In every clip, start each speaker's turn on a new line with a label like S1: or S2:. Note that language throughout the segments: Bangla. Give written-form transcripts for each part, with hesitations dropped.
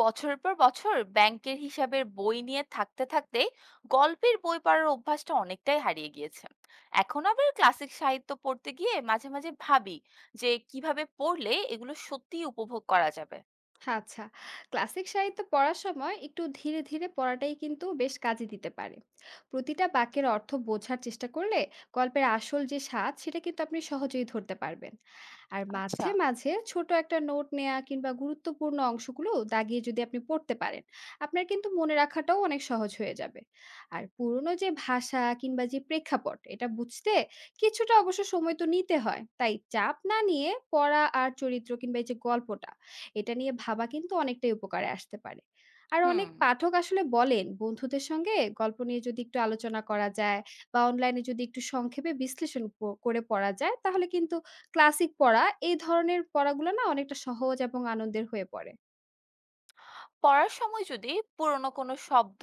S1: বছরের পর বছর ব্যাংকের হিসাবের বই নিয়ে থাকতে থাকতে গল্পের বই পড়ার অভ্যাসটা অনেকটাই হারিয়ে গিয়েছে। এখন আবার ক্লাসিক সাহিত্য পড়তে গিয়ে মাঝে মাঝে ভাবি যে কিভাবে পড়লে এগুলো সত্যিই উপভোগ করা যাবে।
S2: আচ্ছা, ক্লাসিক সাহিত্য পড়ার সময় একটু ধীরে ধীরে পড়াটাই কিন্তু বেশ কাজে দিতে পারে। প্রতিটা বাক্যের অর্থ বোঝার চেষ্টা করলে গল্পের আসল যে স্বাদ সেটা কিন্তু আপনি সহজেই ধরতে পারবেন। আর
S1: আচ্ছা।
S2: মাঝে মাঝে ছোট একটা নোট নেয়া কিংবা গুরুত্বপূর্ণ অংশগুলো দাগিয়ে যদি আপনি পড়তে পারেন, আপনার কিন্তু মনে রাখাটাও অনেক সহজ হয়ে যাবে। আর পুরনো যে ভাষা কিংবা যে প্রেক্ষাপট এটা বুঝতে কিছুটা অবশ্য সময় তো নিতে হয়। তাই চাপ না নিয়ে পড়া আর চরিত্র কিংবা এই যে গল্পটা এটা নিয়ে ভাবা কিন্তু অনেকটাই উপকারে আসতে পারে। আর
S1: হুম।
S2: অনেক পাঠক আসলে বলেন, বন্ধুদের সঙ্গে গল্প নিয়ে যদি একটু আলোচনা করা যায় বা অনলাইনে যদি একটু সংক্ষেপে বিশ্লেষণ করে পড়া যায়, তাহলে কিন্তু ক্লাসিক পড়া এই ধরনের পড়াগুলো না অনেকটা সহজ এবং আনন্দের হয়ে পড়ে।
S1: পড়ার সময় যদি পুরনো কোনো শব্দ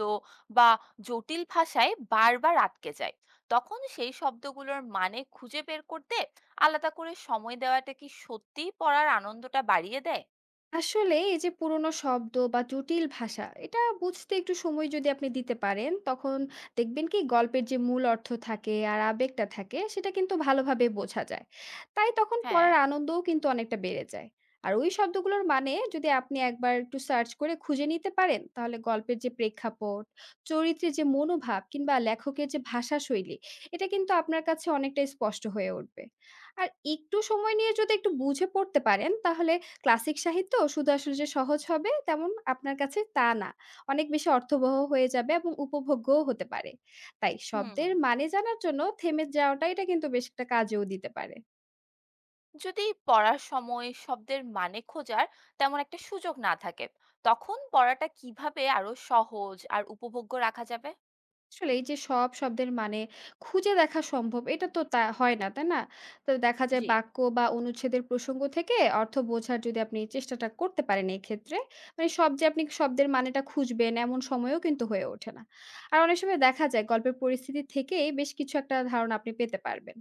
S1: বা জটিল ভাষায় বারবার আটকে যায়, তখন সেই শব্দগুলোর মানে খুঁজে বের করতে আলাদা করে সময় দেওয়াটা কি সত্যিই পড়ার আনন্দটা বাড়িয়ে দেয়?
S2: আসলে এই যে পুরোনো শব্দ বা জটিল ভাষা এটা বুঝতে একটু সময় যদি আপনি দিতে পারেন, তখন দেখবেন কি গল্পের যে মূল অর্থ থাকে আর আবেগটা থাকে সেটা কিন্তু ভালোভাবে বোঝা যায়। তাই তখন
S1: হ্যাঁ।
S2: পড়ার আনন্দও কিন্তু অনেকটা বেড়ে যায়। আর ওই শব্দগুলোর মানে যদি আপনি একবার একটু সার্চ করে খুঁজে নিতে পারেন, তাহলে গল্পের যে প্রেক্ষাপট, চরিত্রের যে মনোভাব কিংবা লেখকের যে ভাষা শৈলী এটা কিন্তু আপনার কাছে অনেকটা স্পষ্ট হয়ে উঠবে। আর একটু সময় নিয়ে যদি একটু বুঝে পড়তে পারেন, তাহলে ক্লাসিক সাহিত্য শুধু আসলে যে সহজ হবে তেমন আপনার কাছে তা না। অনেক বেশি অর্থবহ হয়ে যাবে এবং উপভোগ্যও হতে পারে। তাই
S1: হুম।
S2: শব্দের মানে জানার জন্য থেমে যাওয়াটা এটা কিন্তু বেশ একটা কাজেও দিতে পারে।
S1: যদি পড়ার সময় শব্দের মানে খোঁজার তেমন একটা সুযোগ না থাকে, তখন পড়াটা কিভাবে আরো সহজ আর উপভোগ্য রাখা যাবে?
S2: আসলে এই যে সব শব্দের মানে খুঁজে দেখা সম্ভব এটা তো তা হয় না, তাই না। তো দেখা যায়
S1: জি।
S2: বাক্য বা অনুচ্ছেদের প্রসঙ্গ থেকে অর্থ বোঝার যদি আপনি চেষ্টাটা করতে পারেন এই ক্ষেত্রে, মানে সব যে আপনি শব্দের মানেটা খুঁজবেন এমন সময়ও কিন্তু হয়ে ওঠে না। আর অনেক সময় দেখা যায় গল্পের পরিস্থিতি থেকেই বেশ কিছু একটা ধারণা আপনি পেতে পারবেন।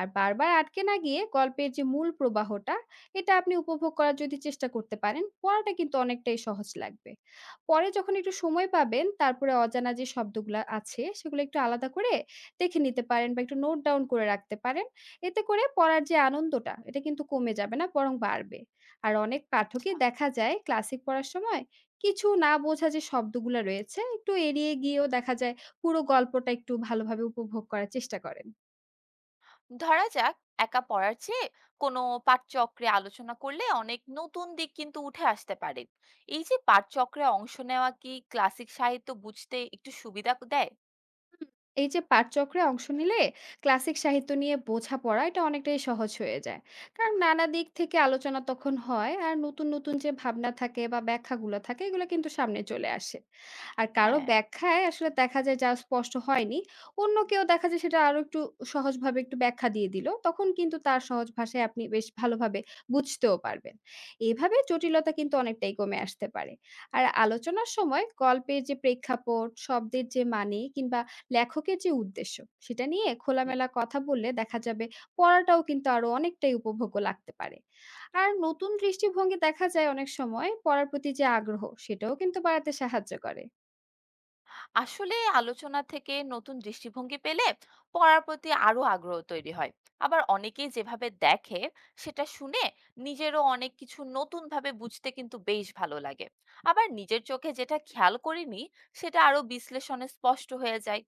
S2: আর বারবার আটকে না গিয়ে গল্পের যে মূল প্রবাহটা এটা আপনি উপভোগ করার যদি চেষ্টা করতে পারেন, পড়াটা কিন্তু অনেকটাই সহজ লাগবে। পরে যখন একটু সময় পাবেন, তারপরে অজানা যে শব্দগুলা আছে, সেগুলো একটু আলাদা করে দেখে নিতে পারেন বা একটু নোট ডাউন করে রাখতে পারেন। এতে করে পড়ার যে আনন্দটা, এটা কিন্তু কমে যাবে না, বরং বাড়বে। আর অনেক পাঠকই
S1: আচ্ছা।
S2: দেখা যায় ক্লাসিক পড়ার সময় কিছু না বোঝা যে শব্দগুলা রয়েছে, একটু এড়িয়ে গিয়েও দেখা যায় পুরো গল্পটা একটু ভালোভাবে উপভোগ করার চেষ্টা করেন।
S1: ধরা যাক, একা পড়ার চেয়ে কোনো পাঠচক্রে আলোচনা করলে অনেক নতুন দিক কিন্তু উঠে আসতে পারে। এই যে পাঠচক্রে অংশ নেওয়া, কি ক্লাসিক সাহিত্য বুঝতে একটু সুবিধা দেয়?
S2: হুম, এই যে পাঠচক্রে অংশ নিলে ক্লাসিক সাহিত্য নিয়ে বোঝাপড়া এটা অনেকটাই সহজ হয়ে যায়। কারণ নানা দিক থেকে আলোচনা তখন হয়, আর নতুন নতুন যে ভাবনা থাকে বা ব্যাখ্যাগুলো থাকে এগুলো কিন্তু সামনে চলে আসে। আর কারো
S1: হ্যাঁ।
S2: ব্যাখ্যায় আসলে দেখা যায় যা স্পষ্ট হয়নি, অন্য কেউ দেখা যায় সেটা আরো একটু সহজভাবে একটু ব্যাখ্যা দিয়ে দিল, তখন কিন্তু তার সহজ ভাষায় আপনি বেশ ভালোভাবে বুঝতেও পারবেন। এইভাবে জটিলতা কিন্তু অনেকটাই কমে আসতে পারে। আর আলোচনার সময় গল্পের যে প্রেক্ষাপট, শব্দের যে মানে কিংবা লেখকের যে উদ্দেশ্য, সেটা নিয়ে
S1: জি।
S2: খোলামেলা কথা বললে দেখা যাবে পড়াটাও কিন্তু আরো অনেকটাই উপভোগ্য লাগতে পারে। আর নতুন দৃষ্টিভঙ্গি দেখা যায় অনেক সময় পড়ার প্রতি যে আগ্রহ, সেটাও কিন্তু বাড়াতে সাহায্য করে।
S1: আসলে আলোচনা থেকে নতুন দৃষ্টিভঙ্গি পেলে পড়ার প্রতি আরো আগ্রহ তৈরি হয়। আবার অনেকেই যেভাবে দেখে সেটা শুনে নিজেরও অনেক কিছু নতুন ভাবে বুঝতে কিন্তু বেশ ভালো লাগে। আবার নিজের চোখে যেটা খেয়াল করিনি সেটা আরো বিশ্লেষণে স্পষ্ট হয়ে যায়।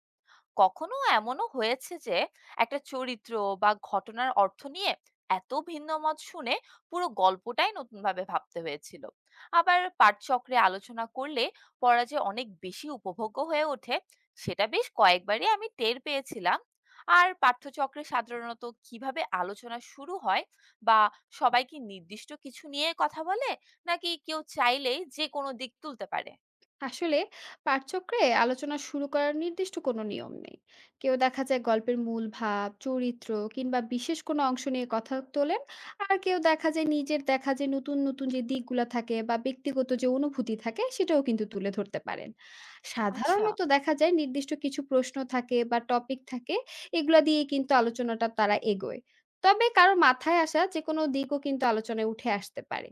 S1: কখনো এমনও হয়েছে যে একটা চরিত্র বা ঘটনার অর্থ নিয়ে এত ভিন্ন মত শুনে পুরো গল্পটাই নতুনভাবে ভাবতে হয়েছিল। আবার পাঠচক্রে আলোচনা করলে পড়া যে অনেক বেশি উপভোগ্য হয়ে ওঠে, সেটা বেশ কয়েকবারই আমি টের পেয়েছিলাম। আর পাঠ্যচক্রে সাধারণত কিভাবে আলোচনা শুরু হয়? বা সবাই কি নির্দিষ্ট কিছু নিয়ে কথা বলে, নাকি কেউ চাইলেই যে কোনো দিক তুলতে পারে?
S2: আসলে পাঠচক্রে আলোচনা শুরু করার নির্দিষ্ট কোনো নিয়ম নেই। কেউ দেখা যায় গল্পের মূল ভাব, চরিত্র কিংবা বিশেষ কোনো অংশ নিয়ে কথা তোলেন। আর কেউ দেখা যায় নিজের দেখা যে নতুন নতুন যে দিকগুলা থাকে বা ব্যক্তিগত যে অনুভূতি থাকে, সেটাও কিন্তু তুলে ধরতে পারেন।
S1: আচ্ছা।
S2: সাধারণত দেখা যায় নির্দিষ্ট কিছু প্রশ্ন থাকে বা টপিক থাকে, এগুলা দিয়ে কিন্তু আলোচনাটা তারা এগোয়। তবে কারো মাথায় আসা যে কোনো দিকও কিন্তু আলোচনায় উঠে আসতে পারে।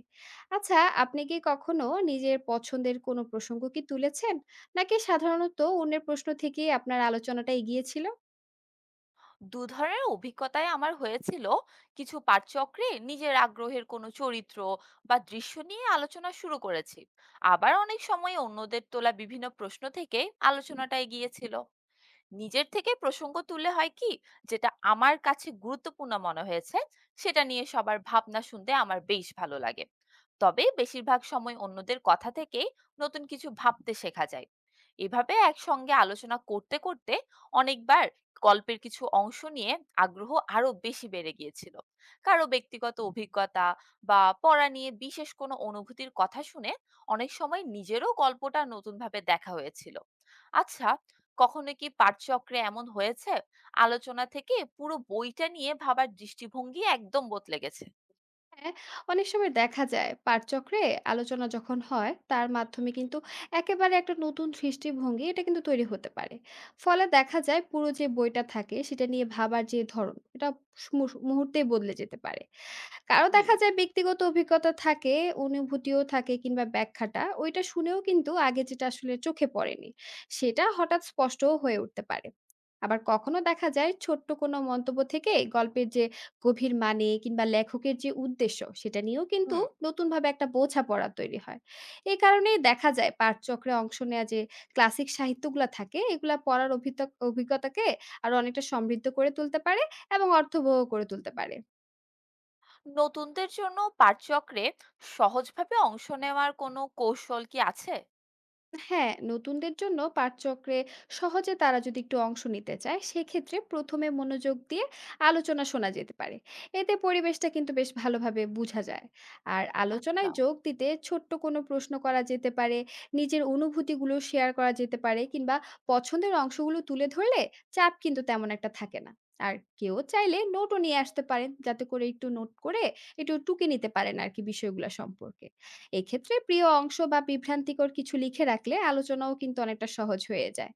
S2: আচ্ছা, আপনি কি কখনো নিজের পছন্দের কোনো প্রসঙ্গ কি তুলেছেন? নাকি সাধারণত অন্যের প্রশ্ন থেকেই আপনার আলোচনাটা এগিয়েছিল?
S1: দু ধরনের অভিজ্ঞতায় আমার হয়েছিল। কিছু পাঠচক্রে নিজের আগ্রহের কোনো চরিত্র বা দৃশ্য নিয়ে আলোচনা শুরু করেছি। আবার অনেক সময় অন্যদের তোলা বিভিন্ন প্রশ্ন থেকে আলোচনাটা এগিয়েছিল। নিজের থেকে প্রসঙ্গ তুলে হয় কি, যেটা আমার কাছে গুরুত্বপূর্ণ মনে হয়েছে সেটা নিয়ে সবার ভাবনা শুনতে আমার বেশ ভালো লাগে। তবে বেশিরভাগ সময় অন্যদের কথা থেকেই নতুন কিছু ভাবতে শেখা যায়। এভাবে একসঙ্গে আলোচনা করতে করতে অনেকবার গল্পের কিছু অংশ নিয়ে আগ্রহ আরো বেশি বেড়ে গিয়েছিল। কারো ব্যক্তিগত অভিজ্ঞতা বা পড়া নিয়ে বিশেষ কোনো অনুভূতির কথা শুনে অনেক সময় নিজেরও গল্পটা নতুনভাবে দেখা হয়েছিল। আচ্ছা, কখনো কি পাঠচক্রে এমন হয়েছে আলোচনা থেকে পুরো বইটা নিয়ে ভাবার দৃষ্টিভঙ্গি একদম বদলে গেছে?
S2: হ্যাঁ, অনেক সময় দেখা যায় পাঠচক্রে আলোচনা যখন হয়, তার মাধ্যমে কিন্তু একেবারে একটা নতুন দৃষ্টিভঙ্গি এটা কিন্তু তৈরি হতে পারে। ফলে দেখা যায় পুরো যে বইটা থাকে সেটা নিয়ে ভাবার যে ধরন এটা মুহূর্তে বদলে যেতে পারে। কারো
S1: জি।
S2: দেখা যায় ব্যক্তিগত অভিজ্ঞতা থাকে, অনুভূতিও থাকে কিংবা ব্যাখ্যাটা ওইটা শুনেও কিন্তু আগে যেটা আসলে চোখে পড়েনি, সেটা হঠাৎ স্পষ্টও হয়ে উঠতে পারে। আবার কখনো দেখা যায় ছোট্ট কোনো মন্তব্য থেকে গল্পের যে গভীর মানে কিংবা লেখকের যে উদ্দেশ্য, সেটা নিয়েও কিন্তু
S1: হুম।
S2: নতুনভাবে একটা বোঝাপড়া তৈরি হয়। এই কারণেই দেখা যায় পাঠচক্রে অংশ নেওয়া যে ক্লাসিক সাহিত্যগুলা থাকে, এগুলা পড়ার অভিজ্ঞতাকে আরো অনেকটা সমৃদ্ধ করে তুলতে পারে এবং অর্থবহ করে তুলতে পারে।
S1: নতুনদের জন্য পাঠচক্রে সহজভাবে অংশ নেওয়ার কোনো কৌশল কি আছে?
S2: হ্যাঁ, নতুনদের জন্য পাঠচক্রে সহজে তারা যদি একটু অংশ নিতে চায়, সেক্ষেত্রে প্রথমে মনোযোগ দিয়ে আলোচনা শোনা যেতে পারে। এতে পরিবেশটা কিন্তু বেশ ভালোভাবে বোঝা যায়। আর
S1: আচ্ছা।
S2: আলোচনায় যোগ দিতে ছোট্ট কোনো প্রশ্ন করা যেতে পারে, নিজের অনুভূতিগুলো শেয়ার করা যেতে পারে কিংবা পছন্দের অংশগুলো তুলে ধরলে চাপ কিন্তু তেমন একটা থাকে না। আর কেউ চাইলে নোটও নিয়ে আসতে পারেন, যাতে করে একটু নোট করে একটু টুকে নিতে পারেন আর কি বিষয়গুলো সম্পর্কে। এক্ষেত্রে প্রিয় অংশ বা বিভ্রান্তিকর কিছু লিখে রাখলে আলোচনাও কিন্তু অনেকটা সহজ হয়ে যায়।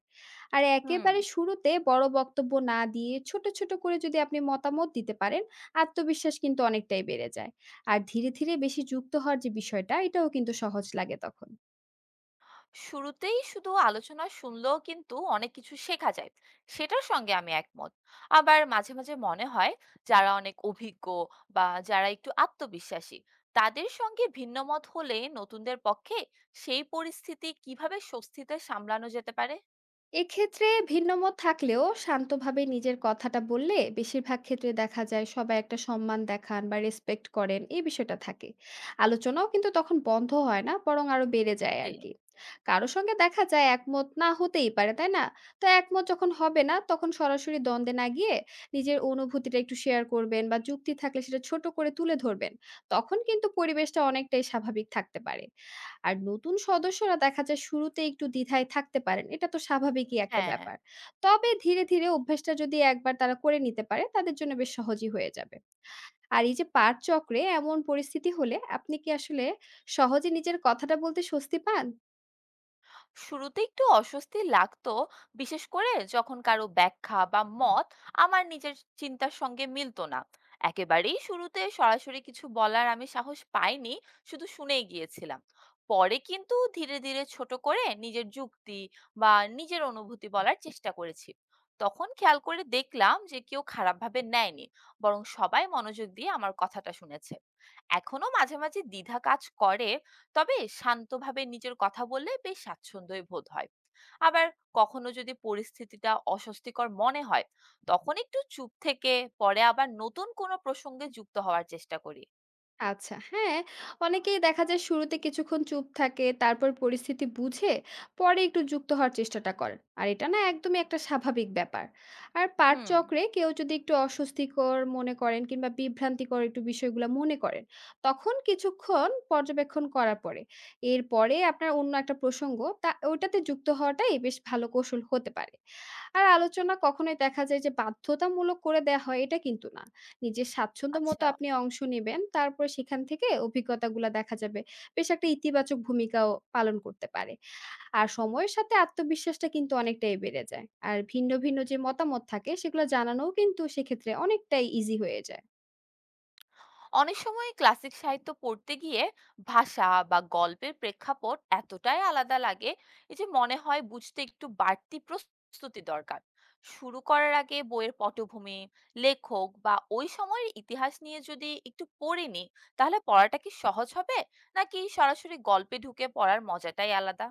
S2: আর
S1: হুম।
S2: একেবারে শুরুতে বড় বক্তব্য না দিয়ে ছোট ছোট করে যদি আপনি মতামত দিতে পারেন, আত্মবিশ্বাস কিন্তু অনেকটাই বেড়ে যায়। আর ধীরে ধীরে বেশি যুক্ত হওয়ার যে বিষয়টা, এটাও কিন্তু সহজ লাগে তখন।
S1: শুরুতেই শুধু আলোচনা শুনলেও কিন্তু অনেক কিছু শেখা যায়, সেটার সঙ্গে আমি একমত। আবার মাঝে মাঝে মনে হয় যারা অনেক অভিজ্ঞ বা যারা একটু আত্মবিশ্বাসী, তাদের সঙ্গে ভিন্ন মত হলে নতুনদের পক্ষে সেই পরিস্থিতি কিভাবে স্বস্তিতে সামলানো যেতে পারে?
S2: এক্ষেত্রে ভিন্নমত থাকলেও শান্তভাবে নিজের কথাটা বললে বেশিরভাগ ক্ষেত্রে দেখা যায় সবাই একটা সম্মান দেখান বা রেসপেক্ট করেন, এই বিষয়টা থাকে। আলোচনাও কিন্তু তখন বন্ধ হয় না, বরং আরো বেড়ে যায়
S1: জি।
S2: আর কি। কারো সঙ্গে দেখা যায় একমত না হতেই পারে, তাই না। তো একমত যখন হবে না, তখন সরাসরি দ্বন্দ্বে না গিয়ে নিজের অনুভূতিটা একটু শেয়ার করবেন বা যুক্তি থাকলে সেটা ছোট করে তুলে ধরবেন। তখন কিন্তু পরিবেশটা অনেকটাই স্বাভাবিক থাকতে পারে। আর নতুন সদস্যরা দেখা যায় শুরুতে একটু দ্বিধায় থাকতে পারেন। এটা তো স্বাভাবিকই একটা
S1: হ্যাঁ।
S2: ব্যাপার। তবে ধীরে ধীরে অভ্যাসটা যদি একবার তারা করে নিতে পারে, তাদের জন্য বেশ সহজই হয়ে যাবে। আর এই যে পাঠচক্রে এমন পরিস্থিতি হলে আপনি কি আসলে সহজে নিজের কথাটা বলতে স্বস্তি পান?
S1: শুরুতে একটু অস্বস্তি লাগতো, বিশেষ করে যখন কারো ব্যাখ্যা বা মত আমার নিজের চিন্তার সঙ্গে মিলতো না। একেবারেই শুরুতে সরাসরি কিছু বলার আমি সাহস পাইনি, শুধু শুনেই গিয়েছিলাম। পরে কিন্তু ধীরে ধীরে ছোট করে নিজের যুক্তি বা নিজের অনুভূতি বলার চেষ্টা করেছি। তখন খেয়াল করে দেখলাম যে কেউ খারাপভাবে নেয়নি, বরং সবাই মনোযোগ দিয়ে আমার কথাটা শুনেছে। এখনো মাঝে মাঝে দ্বিধা কাজ করে, তবে শান্তভাবে নিজের কথা বললে বেশ স্বাচ্ছন্দ্যই বোধ হয়। আবার কখনো যদি পরিস্থিতিটা অস্বস্তিকর মনে হয়, তখন একটু চুপ থেকে পরে আবার নতুন কোনো প্রসঙ্গে যুক্ত হওয়ার চেষ্টা করি।
S2: আচ্ছা, হ্যাঁ, অনেকেই দেখা যায় শুরুতে কিছুক্ষণ চুপ থাকে, তারপর পরিস্থিতি বুঝে পরে একটু যুক্ত হওয়ার চেষ্টাটা করেন। আর এটা না একদমই একটা স্বাভাবিক ব্যাপার। আর
S1: হুম।
S2: পাঠচক্রে কেউ যদি একটু অস্বস্তিকর মনে করেন কিংবা বিভ্রান্তিকর একটু বিষয়গুলা মনে করেন, তখন কিছুক্ষণ পর্যবেক্ষণ করার পরে, এরপরে আপনার অন্য একটা প্রসঙ্গ তা ওইটাতে যুক্ত হওয়াটাই বেশ ভালো কৌশল হতে পারে। আর আলোচনা কখনোই দেখা যায় যে বাধ্যতামূলক করে দেয়া হয়, এটা কিন্তু না। নিজের স্বাচ্ছন্দ্য মতো
S1: আচ্ছা।
S2: আপনি অংশ নিবেন। তারপরে সেখান থেকে অভিজ্ঞতাগুলা দেখা যাবে বেশ একটা ইতিবাচক ভূমিকাও পালন করতে পারে। আর সময়ের সাথে আত্মবিশ্বাসটা কিন্তু অনেকটাই বেড়ে যায়। আর ভিন্ন ভিন্ন যে মতামত থাকে, সেগুলো জানানোও কিন্তু সেক্ষেত্রে অনেকটাই ইজি হয়ে যায়।
S1: অনেক সময় ক্লাসিক সাহিত্য পড়তে গিয়ে ভাষা বা গল্পের প্রেক্ষাপট এতটাই আলাদা লাগে, এই যে মনে হয় বুঝতে একটু বাড়তি প্রস্তুতি দরকার। শুরু করার আগে বইয়ের পটভূমি, লেখক বা ওই সময়ের ইতিহাস নিয়ে যদি একটু পড়ে নিই, তাহলে পড়াটা কি সহজ হবে, নাকি সরাসরি গল্পে ঢুকে পড়ার মজাটাই আলাদা?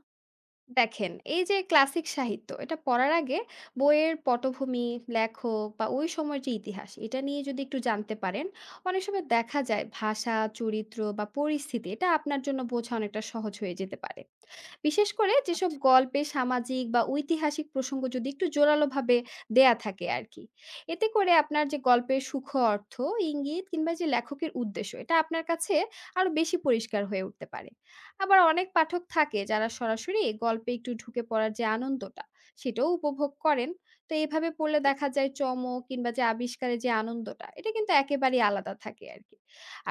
S2: দেখেন, এই যে ক্লাসিক সাহিত্য এটা পড়ার আগে বইয়ের পটভূমি, লেখক বা ওই সময়ের যে ইতিহাস এটা নিয়ে যদি একটু জানতে পারেন, অনেক সময় দেখা যায় ভাষা, চরিত্র বা পরিস্থিতি এটা আপনার জন্য বোঝা অনেকটা সহজ হয়ে যেতে পারে। বিশেষ করে যেসব গল্পে সামাজিক বা ঐতিহাসিক প্রসঙ্গ যদি একটু জোরালোভাবে দেয়া থাকে আর কি। এতে করে আপনার যে গল্পের সূক্ষ্ম অর্থ, ইঙ্গিত কিংবা যে লেখকের উদ্দেশ্য এটা আপনার কাছে আরো বেশি পরিষ্কার হয়ে উঠতে পারে। আবার অনেক পাঠক থাকে যারা সরাসরি গল্পে একটু ঢুকে পড়ার যে আনন্দটা সেটাও উপভোগ করেন। তো এইভাবে পড়লে দেখা যায় চমক কিংবা যে আবিষ্কারের যে আনন্দটা এটা কিন্তু একেবারেই আলাদা থাকে আর কি।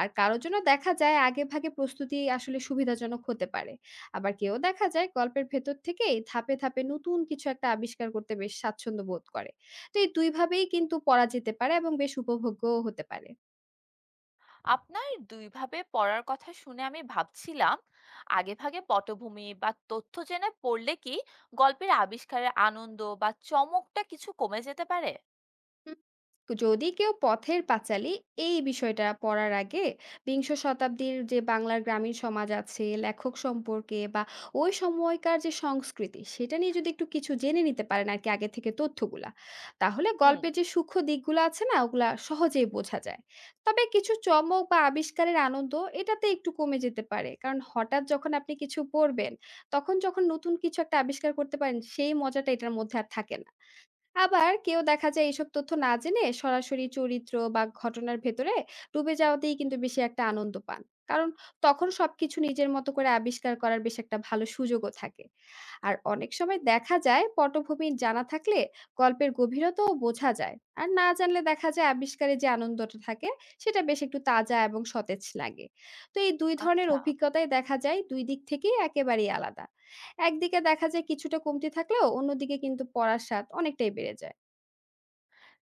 S2: আর কারোর জন্য দেখা যায় আগে ভাগে প্রস্তুতি আসলে সুবিধাজনক হতে পারে। আবার কেউ দেখা যায় গল্পের ভেতর থেকেই ধাপে ধাপে নতুন কিছু একটা আবিষ্কার করতে বেশ স্বাচ্ছন্দ্য বোধ করে। তো এই দুইভাবেই কিন্তু পড়া যেতে পারে এবং বেশ উপভোগ্যও হতে পারে।
S1: আপনার দুইভাবে পড়ার কথা শুনে আমি ভাবছিলাম, আগেভাগে পটভূমি বা তথ্য জেনে পড়লে কি গল্পের আবিষ্কারের আনন্দ বা চমকটা কিছু কমে যেতে পারে?
S2: হুম, যদি কেউ পথের পাঁচালী এই বিষয়টা পড়ার আগে বিংশ শতাব্দীর যে বাংলার গ্রামীণ সমাজ আছে, লেখক সম্পর্কে বা ওই সময়কার যে সংস্কৃতি সেটা নিয়ে যদি একটু কিছু জেনে নিতে পারেন আর কি আগে থেকে তথ্যগুলা, তাহলে
S1: হুম।
S2: গল্পের যে সূক্ষ্ম দিকগুলো আছে না, ওগুলা সহজেই বোঝা যায়। তবে কিছু চমক বা আবিষ্কারের আনন্দ এটাতে একটু কমে যেতে পারে, কারণ হঠাৎ যখন আপনি কিছু পড়বেন, তখন যখন নতুন কিছু একটা আবিষ্কার করতে পারেন সেই মজাটা এটার মধ্যে আর থাকে না। আবার কেউ দেখা যায় এইসব তথ্য না জেনে সরাসরি চরিত্র বা ঘটনার ভেতরে ডুবে যাওয়াতেই কিন্তু বেশি একটা আনন্দ পান। কারণ তখন সবকিছু নিজের মতো করে আবিষ্কার করার বেশ একটা ভালো সুযোগও থাকে। আর অনেক সময় দেখা যায় পটভূমি জানা থাকলে গল্পের গভীরতাও বোঝা যায়। আর না জানলে দেখা যায় আবিষ্কারে যে আনন্দটা থাকে সেটা বেশ একটু তাজা এবং সতেজ লাগে। তো এই দুই ধরনের
S1: আচ্ছা।
S2: অভিজ্ঞতাই দেখা যায় দুই দিক থেকেই একেবারেই আলাদা। একদিকে দেখা যায় কিছুটা কমতি থাকলেও অন্যদিকে কিন্তু পড়ার স্বাদ অনেকটাই বেড়ে যায়।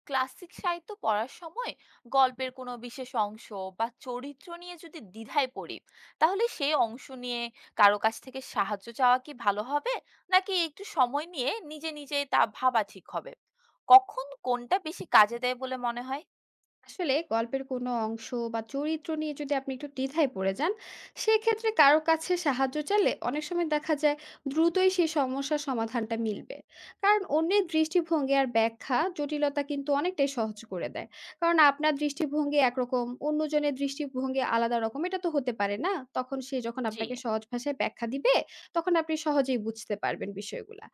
S1: ক্লাসিক সাহিত্য পড়ার সময় গল্পের কোনো বিশেষ অংশ বা চরিত্র নিয়ে যদি দ্বিধায় পড়ি, তাহলে সেই অংশ নিয়ে কারো কাছ থেকে সাহায্য চাওয়া কি ভালো হবে, নাকি একটু সময় নিয়ে নিজে নিজে তা ভাবা ঠিক হবে? কখন কোনটা বেশি কাজে দেয় বলে মনে হয়?
S2: আসলে গল্পের কোনো অংশ বা চরিত্র নিয়ে যদি আপনি একটু দ্বিধায় পড়ে যান, সেক্ষেত্রে কারো কাছে সাহায্য চাইলে অনেক সময় দেখা যায় দ্রুতই সেই সমস্যার সমাধানটা মিলবে। কারণ অন্যের দৃষ্টিভঙ্গি আর ব্যাখ্যা জটিলতা কিন্তু অনেকটাই সহজ করে দেয়। কারণ আপনার দৃষ্টিভঙ্গি একরকম, অন্যজনের দৃষ্টিভঙ্গি আলাদা রকম, এটা তো হতে পারে না? তখন সে যখন
S1: জি।
S2: আপনাকে সহজ ভাষায় ব্যাখ্যা দিবে, তখন আপনি সহজেই বুঝতে পারবেন বিষয়গুলা।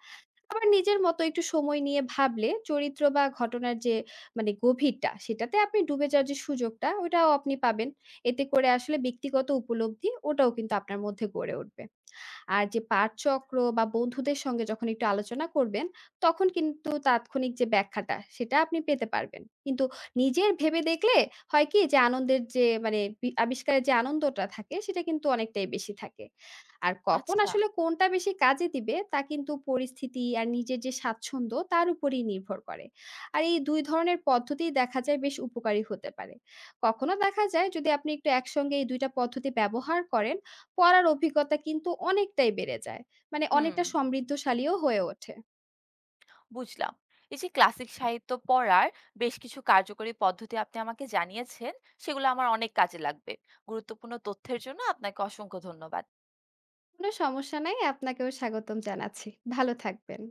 S2: আবার নিজের মতো একটু সময় নিয়ে ভাবলে চরিত্র বা ঘটনার যে মানে গভীরটা, সেটাতে আপনি ডুবে যাওয়ার যে সুযোগটা ওটাও আপনি পাবেন। এতে করে আসলে ব্যক্তিগত উপলব্ধি ওটাও কিন্তু আপনার মধ্যে গড়ে উঠবে। আর যে পাঠচক্র বা বন্ধুদের সঙ্গে যখন একটু আলোচনা করবেন, তখন কিন্তু তাৎক্ষণিক যে ব্যাখ্যাটা সেটা আপনি পেতে পারবেন। কিন্তু নিজের ভেবে দেখলে হয় কি, যে আনন্দের যে মানে আবিষ্কারের যে আনন্দটা থাকে সেটা কিন্তু অনেকটাই বেশি থাকে। আর কখন
S1: আচ্ছা।
S2: আসলে কোনটা বেশি কাজে দিবে তা কিন্তু পরিস্থিতি আর নিজের যে স্বাচ্ছন্দ্য তার উপরেই নির্ভর করে। আর এই ২ ধরনের পদ্ধতিই দেখা যায় বেশ উপকারী হতে পারে। কখনো দেখা যায় যদি আপনি একটু একসঙ্গে এই ২ টা পদ্ধতি ব্যবহার করেন, পড়ার অভিজ্ঞতা কিন্তু অনেকটাই বেড়ে যায়। মানে
S1: হুম,
S2: অনেকটা সমৃদ্ধশালীও হয়ে ওঠে।
S1: বুঝলাম। এই যে ক্লাসিক সাহিত্য পড়ার বেশ কিছু কার্যকরী পদ্ধতি আপনি আমাকে জানিয়েছেন, সেগুলো আমার অনেক কাজে লাগবে। গুরুত্বপূর্ণ তথ্যের জন্য আপনাকে অসংখ্য ধন্যবাদ।
S2: কোনো সমস্যা নাই। আপনাকেও স্বাগতম জানাচ্ছি। ভালো থাকবেন।